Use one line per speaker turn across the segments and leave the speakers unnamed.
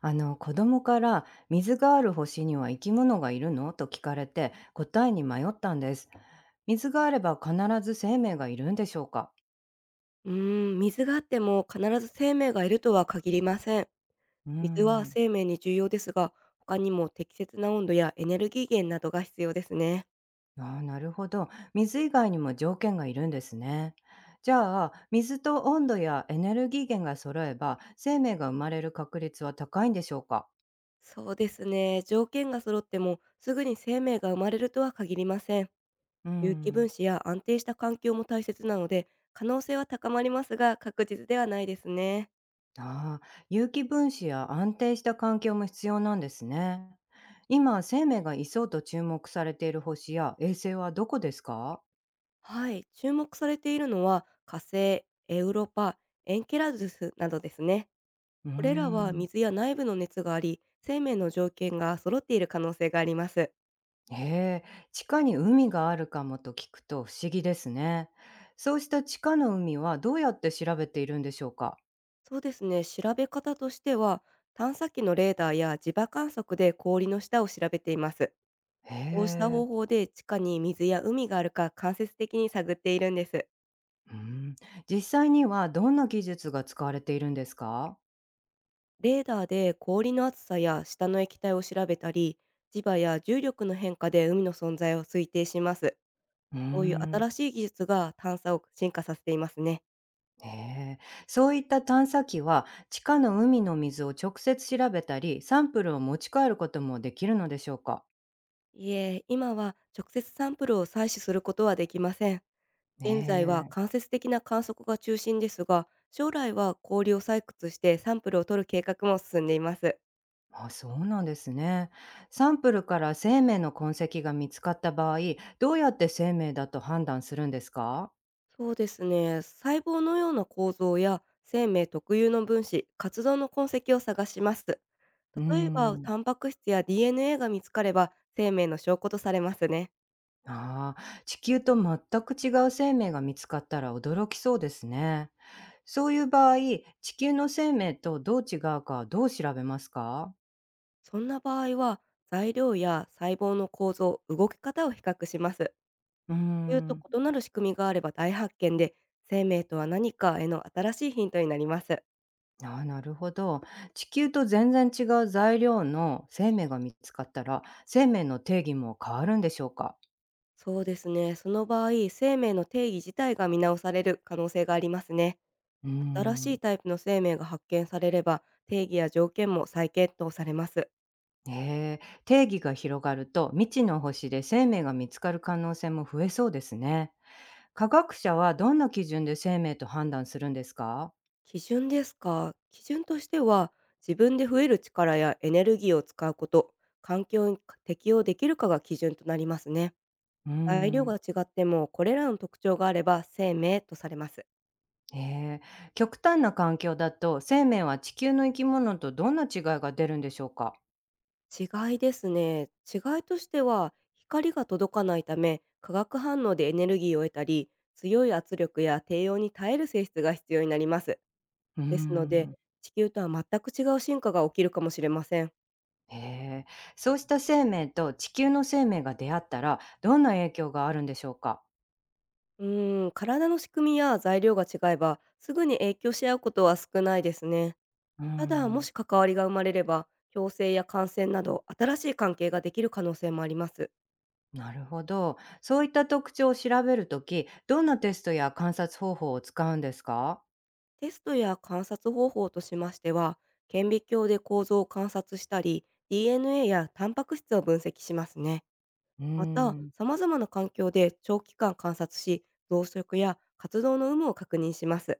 あの、子供から水がある星には生き物がいるのと聞かれて答えに迷ったんです。水があれば必ず生命がいるんでしょうか？
うーん、水があっても必ず生命がいるとは限りません。
うー
水は
ん。
生命に重要ですが、他にも適切な温度やエネルギー源などが必要ですね。
あー、なるほど。水以外にも条件がいるんですね。じゃあ水と温度やエネルギー源が揃えば生命が生まれる確率は高いんでしょうか？
そうですね。条件が揃ってもすぐに生命が生まれるとは限りません。
うー
有機分
ん。
子や安定した環境も大切なので、可能性は高まりますが、確実ではないですね。
ああ、有機分子や安定した環境も必要なんですね。今、生命がいそうと注目されている星や衛星はどこですか？
はい、注目されているのは火星、エウロパ、エンケラドゥスなどですね。
うー
これらは
ん。
水や内部の熱があり、生命の条件が揃っている可能性があります。
へえ、地下に海があるかもと聞くと不思議ですね。そうした地下の海はどうやって調べているんでしょうか？
そうですね、調べ方としては、探査機のレーダーや磁場観測で氷の下を調べています。
へ
こうした
え。
方法で地下に水や海があるか間接的に探っているんです。
うん、実際にはどんな技術が使われているんですか？
レーダーで氷の厚さや下の液体を調べたり、磁場や重力の変化で海の存在を推定します。
うー
こういう
ん。
新しい技術が探査を進化させていますね。
へえ、そういった探査機は地下の海の水を直接調べたり、サンプルを持ち帰ることもできるのでしょうか？
いえ、今は直接サンプルを採取することはできません。
え
現在は
え、
間接的な観測が中心ですが、将来は氷を採掘してサンプルを取る計画も進んでいます。
あ、そうなんですね。サンプルから生命の痕跡が見つかった場合、どうやって生命だと判断するんですか？
そうですね、細胞のような構造や生命特有の分子、活動の痕跡を探します。
うー
例えば、
ん、
タンパク質や DNA が見つかれば生命の証拠とされますね。
ああ、地球と全く違う生命が見つかったら驚きそうですね。そういう場合、地球の生命とどう違うかどう調べますか？
そんな場合は、材料や細胞の構造、動き方を比較します。
うー
地球と
ん。
異なる仕組みがあれば大発見で、生命とは何かへの新しいヒントになります。
ああ、なるほど。地球と全然違う材料の生命が見つかったら、生命の定義も変わるんでしょうか？
そうですね。その場合、生命の定義自体が見直される可能性がありますね。
うー
新しい
ん。
タイプの生命が発見されれば、定義や条件も再検討されます。
ええ、定義が広がると未知の星で生命が見つかる可能性も増えそうですね。科学者はどんな基準で生命と判断するんですか？
基準ですか。基準としては、自分で増える力やエネルギーを使うこと、環境に適応できるかが基準となりますね。
うー
材料
ん。
が違っても、これらの特徴があれば生命とされます。
ええ、極端な環境だと生命は地球の生き物とどんな違いが出るんでしょうか？
違いですね。違いとしては、光が届かないため、化学反応でエネルギーを得たり、強い圧力や低温に耐える性質が必要になります。
うー
ですので、
ん。
地球とは全く違う進化が起きるかもしれません。
へえ、そうした生命と地球の生命が出会ったら、どんな影響があるんでしょうか？
うーん、体の仕組みや材料が違えば、すぐに影響し合うことは少ないですね。
うー
ただ、も
ん、
し関わりが生まれれば、共生や感染など新しい関係ができる可能性もあります。
なるほど。そういった特徴を調べるとき、どんなテストや観察方法を使うんですか？
テストや観察方法としましては、顕微鏡で構造を観察したり、DNA やタンパク質を分析しますね。
うー
また、
ん、
様々な環境で長期間観察し、増殖や活動の有無を確認します。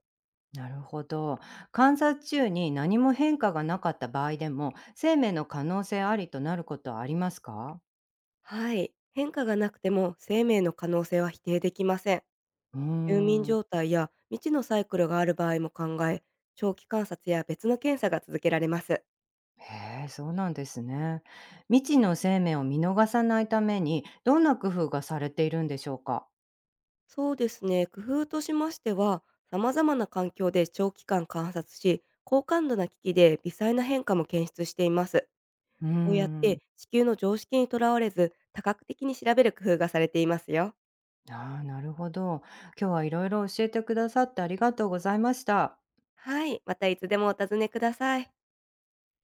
なるほど。観察中に何も変化がなかった場合でも、生命の可能性ありとなることはありますか？
はい。変化がなくても生命の可能性は否定できません。
うー
休眠
ん、
状態や未知のサイクルがある場合も考え、長期観察や別の検査が続けられます。
へえ、そうなんですね。未知の生命を見逃さないために、どんな工夫がされているんでしょうか？
そうですね。工夫としましては、様々な環境で長期間観察し、高感度な機器で微細な変化も検出しています。
うー
こうやっ
ん。
て地球の常識にとらわれず、多角的に調べる工夫がされていますよ。
ああ、なるほど。今日はいろいろ教えてくださってありがとうございました。
はい。またいつでもお尋ねください。